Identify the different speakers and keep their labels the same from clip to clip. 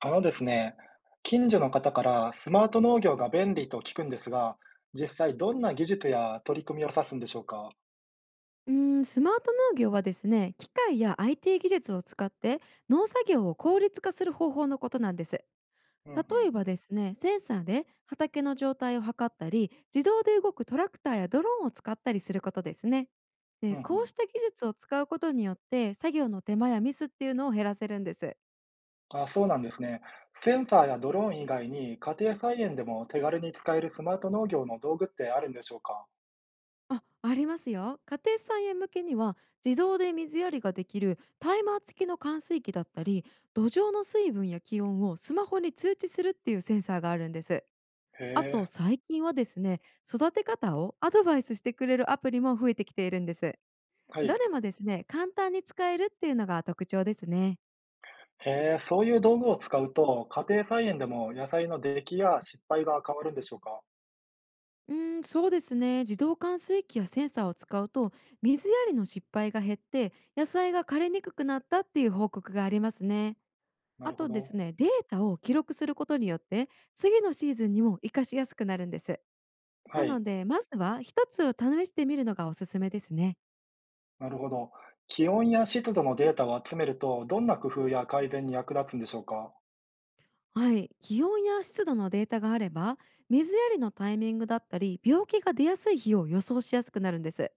Speaker 1: あのですね、近所の方からスマート農業が便利と聞くんですが、実際どんな技術や取り組みを指すんでしょうか。
Speaker 2: うーん、スマート農業はですね、機械や IT 技術を使って農作業を効率化する方法のことなんです。
Speaker 1: うんう
Speaker 2: 例え
Speaker 1: ん。
Speaker 2: ばですね、センサーで畑の状態を測ったり、自動で動くトラクターやドローンを使ったりすることですね。
Speaker 1: う
Speaker 2: で、
Speaker 1: んう
Speaker 2: こう
Speaker 1: ん。
Speaker 2: した技術を使うことによって、作業の手間やミスっていうのを減らせるんです。
Speaker 1: あ、そうなんですね。センサーやドローン以外に家庭菜園でも手軽に使えるスマート農業の道具ってあるんでしょうか。
Speaker 2: あ、ありますよ。家庭菜園向けには、自動で水やりができるタイマー付きの換水器だったり、土壌の水分や気温をスマホに通知するっていうセンサーがあるんです。
Speaker 1: へ
Speaker 2: あと
Speaker 1: え。
Speaker 2: 最近はですね、育て方をアドバイスしてくれるアプリも増えてきているんです。
Speaker 1: は
Speaker 2: ど
Speaker 1: い。
Speaker 2: れもですね、簡単に使えるっていうのが特徴ですね。
Speaker 1: へえ、そういう道具を使うと家庭菜園でも野菜の出来や失敗が変わるんでしょうか。
Speaker 2: うーん、そうですね。自動換水器やセンサーを使うと、水やりの失敗が減って野菜が枯れにくくなったっていう報告がありますね。
Speaker 1: な
Speaker 2: あ
Speaker 1: るほ
Speaker 2: とで
Speaker 1: ど。
Speaker 2: すね、データを記録することによって、次のシーズンにも活かしやすくなるんです。な
Speaker 1: は
Speaker 2: の
Speaker 1: い。
Speaker 2: で、まずは一つを試してみるのがおすすめですね。
Speaker 1: なるほど。気温や湿度のデータを集めると、どんな工夫や改善に役立つんでしょうか？
Speaker 2: はい、気温や湿度のデータがあれば、水やりのタイミングだったり、病気が出やすい日を予想しやすくなるんです。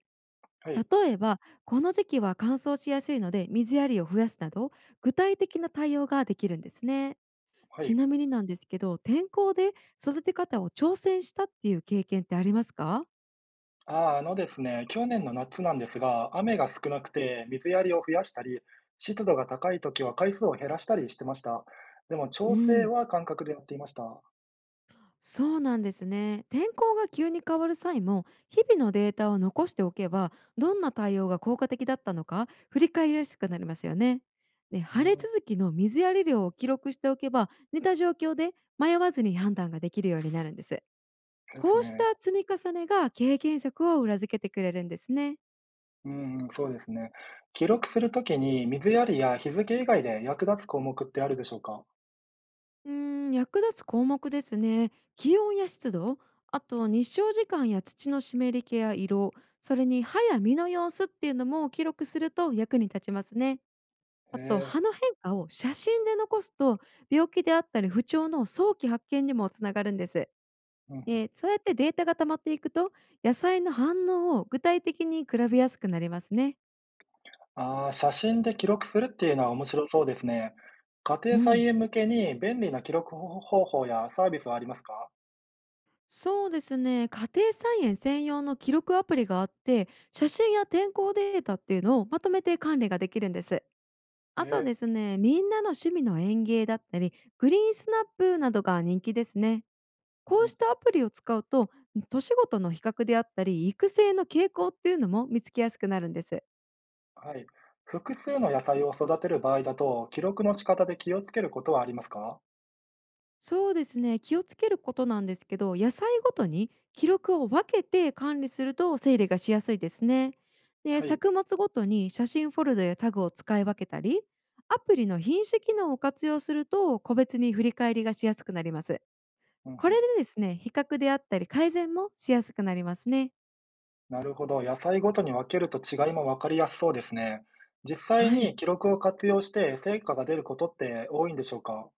Speaker 1: はい、
Speaker 2: 例えば、この時期は乾燥しやすいので水やりを増やすなど、具体的な対応ができるんですね。
Speaker 1: は
Speaker 2: ち
Speaker 1: い。
Speaker 2: なみになんですけど、天候で育て方を挑戦したっていう経験ってありますか？
Speaker 1: あー、あのですね、去年の夏なんですが、雨が少なくて水やりを増やしたり、湿度が高い時は回数を減らしたりしてました。でも
Speaker 2: う
Speaker 1: 調整
Speaker 2: ん。
Speaker 1: は感覚でやっていました。
Speaker 2: そうなんですね。天候が急に変わる際も、日々のデータを残しておけば、どんな対応が効果的だったのか振り返りやすくなりますよね。で、
Speaker 1: う
Speaker 2: 晴れ
Speaker 1: ん、
Speaker 2: 続きの水やり量を記録しておけば、似た状況で迷わずに判断ができるようになるんです。
Speaker 1: です
Speaker 2: こうし
Speaker 1: ね。
Speaker 2: た積み重ねが経験則を裏付けてくれるんですね。
Speaker 1: うん、そうですね。記録するときに水やりや日付以外で役立つ項目ってあるでしょうか？
Speaker 2: うーん、役立つ項目ですね。気温や湿度、あと日照時間や土の湿り気や色、それに葉や実の様子っていうのも記録すると役に立ちますね。あと
Speaker 1: へ
Speaker 2: 葉
Speaker 1: え。
Speaker 2: の変化を写真で残すと、病気であったり不調の早期発見にもつながるんです。
Speaker 1: うん。
Speaker 2: で、そうやってデータが溜まっていくと、野菜の反応を具体的に比べやすくなりますね。
Speaker 1: ああ、写真で記録するっていうのは面白そうですね。家
Speaker 2: う
Speaker 1: 庭菜
Speaker 2: ん、
Speaker 1: 園向けに便利な記録方法やサービスはありますか？
Speaker 2: そうですね。家庭菜園専用の記録アプリがあって、写真や天候データっていうのをまとめて管理ができるんです。あとで
Speaker 1: ええ。
Speaker 2: すね、みんなの趣味の園芸だったり、グリーンスナップなどが人気ですね。こ
Speaker 1: う
Speaker 2: うし
Speaker 1: ん、
Speaker 2: たアプリを使うと、年ごとの比較であったり、育成の傾向っていうのも見つけやすくなるんです。
Speaker 1: はい。複数の野菜を育てる場合だと、記録の仕方で気をつけることはありますか？
Speaker 2: そうですね。気をつけることなんですけど、野菜ごとに記録を分けて管理すると整理がしやすいですね。で、
Speaker 1: はい、
Speaker 2: 作物ごとに写真フォルダやタグを使い分けたり、アプリの品種機能を活用すると個別に振り返りがしやすくなります。
Speaker 1: うんう
Speaker 2: これ
Speaker 1: ん。
Speaker 2: でですね、比較であったり改善もしやすくなりますね。
Speaker 1: なるほど。野菜ごとに分けると違いも分かりやすそうですね。実際
Speaker 2: は
Speaker 1: に
Speaker 2: い。
Speaker 1: 記録を活用して成果が出ることって多いんでしょうか？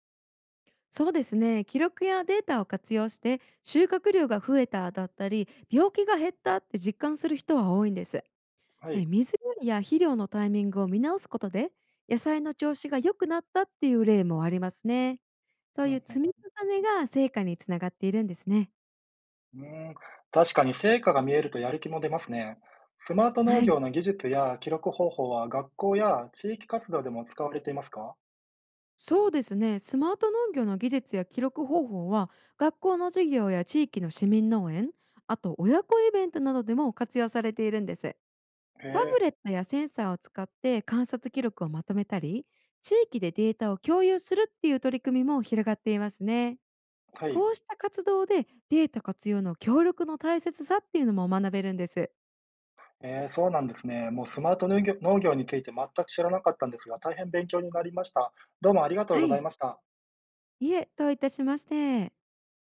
Speaker 2: そうですね。記録やデータを活用して収穫量が増えただったり、病気が減ったって実感する人は多いんです。
Speaker 1: はい。
Speaker 2: ね、水やりや肥料のタイミングを見直すことで、野菜の調子が良くなったっていう例もありますね。そう
Speaker 1: う
Speaker 2: い
Speaker 1: ん
Speaker 2: う
Speaker 1: うん。
Speaker 2: 積み重ねが成果につながっているんですね。
Speaker 1: うん、確かに成果が見えるとやる気も出ますね。スマート農
Speaker 2: はい。
Speaker 1: 業の技術や記録方法は学校や地域活動でも使われていますか？
Speaker 2: そうですね。スマート農業の技術や記録方法は、学校の授業や地域の市民農園、あと親子イベントなどでも活用されているんです。
Speaker 1: へ
Speaker 2: タブ
Speaker 1: え、
Speaker 2: レットやセンサーを使って観察記録をまとめたり、地域でデータを共有するっていう取り組みも広がっていますね。
Speaker 1: はい。
Speaker 2: こうした活動で、データ活用の協力の大切さっていうのも学べるんです。
Speaker 1: えー、そうなんですね。もうスマート農業、農業について全く知らなかったんですが、大変勉強になりました。どうもありがとう
Speaker 2: は
Speaker 1: ござい
Speaker 2: い。
Speaker 1: ました。
Speaker 2: いえ、どういたしまして。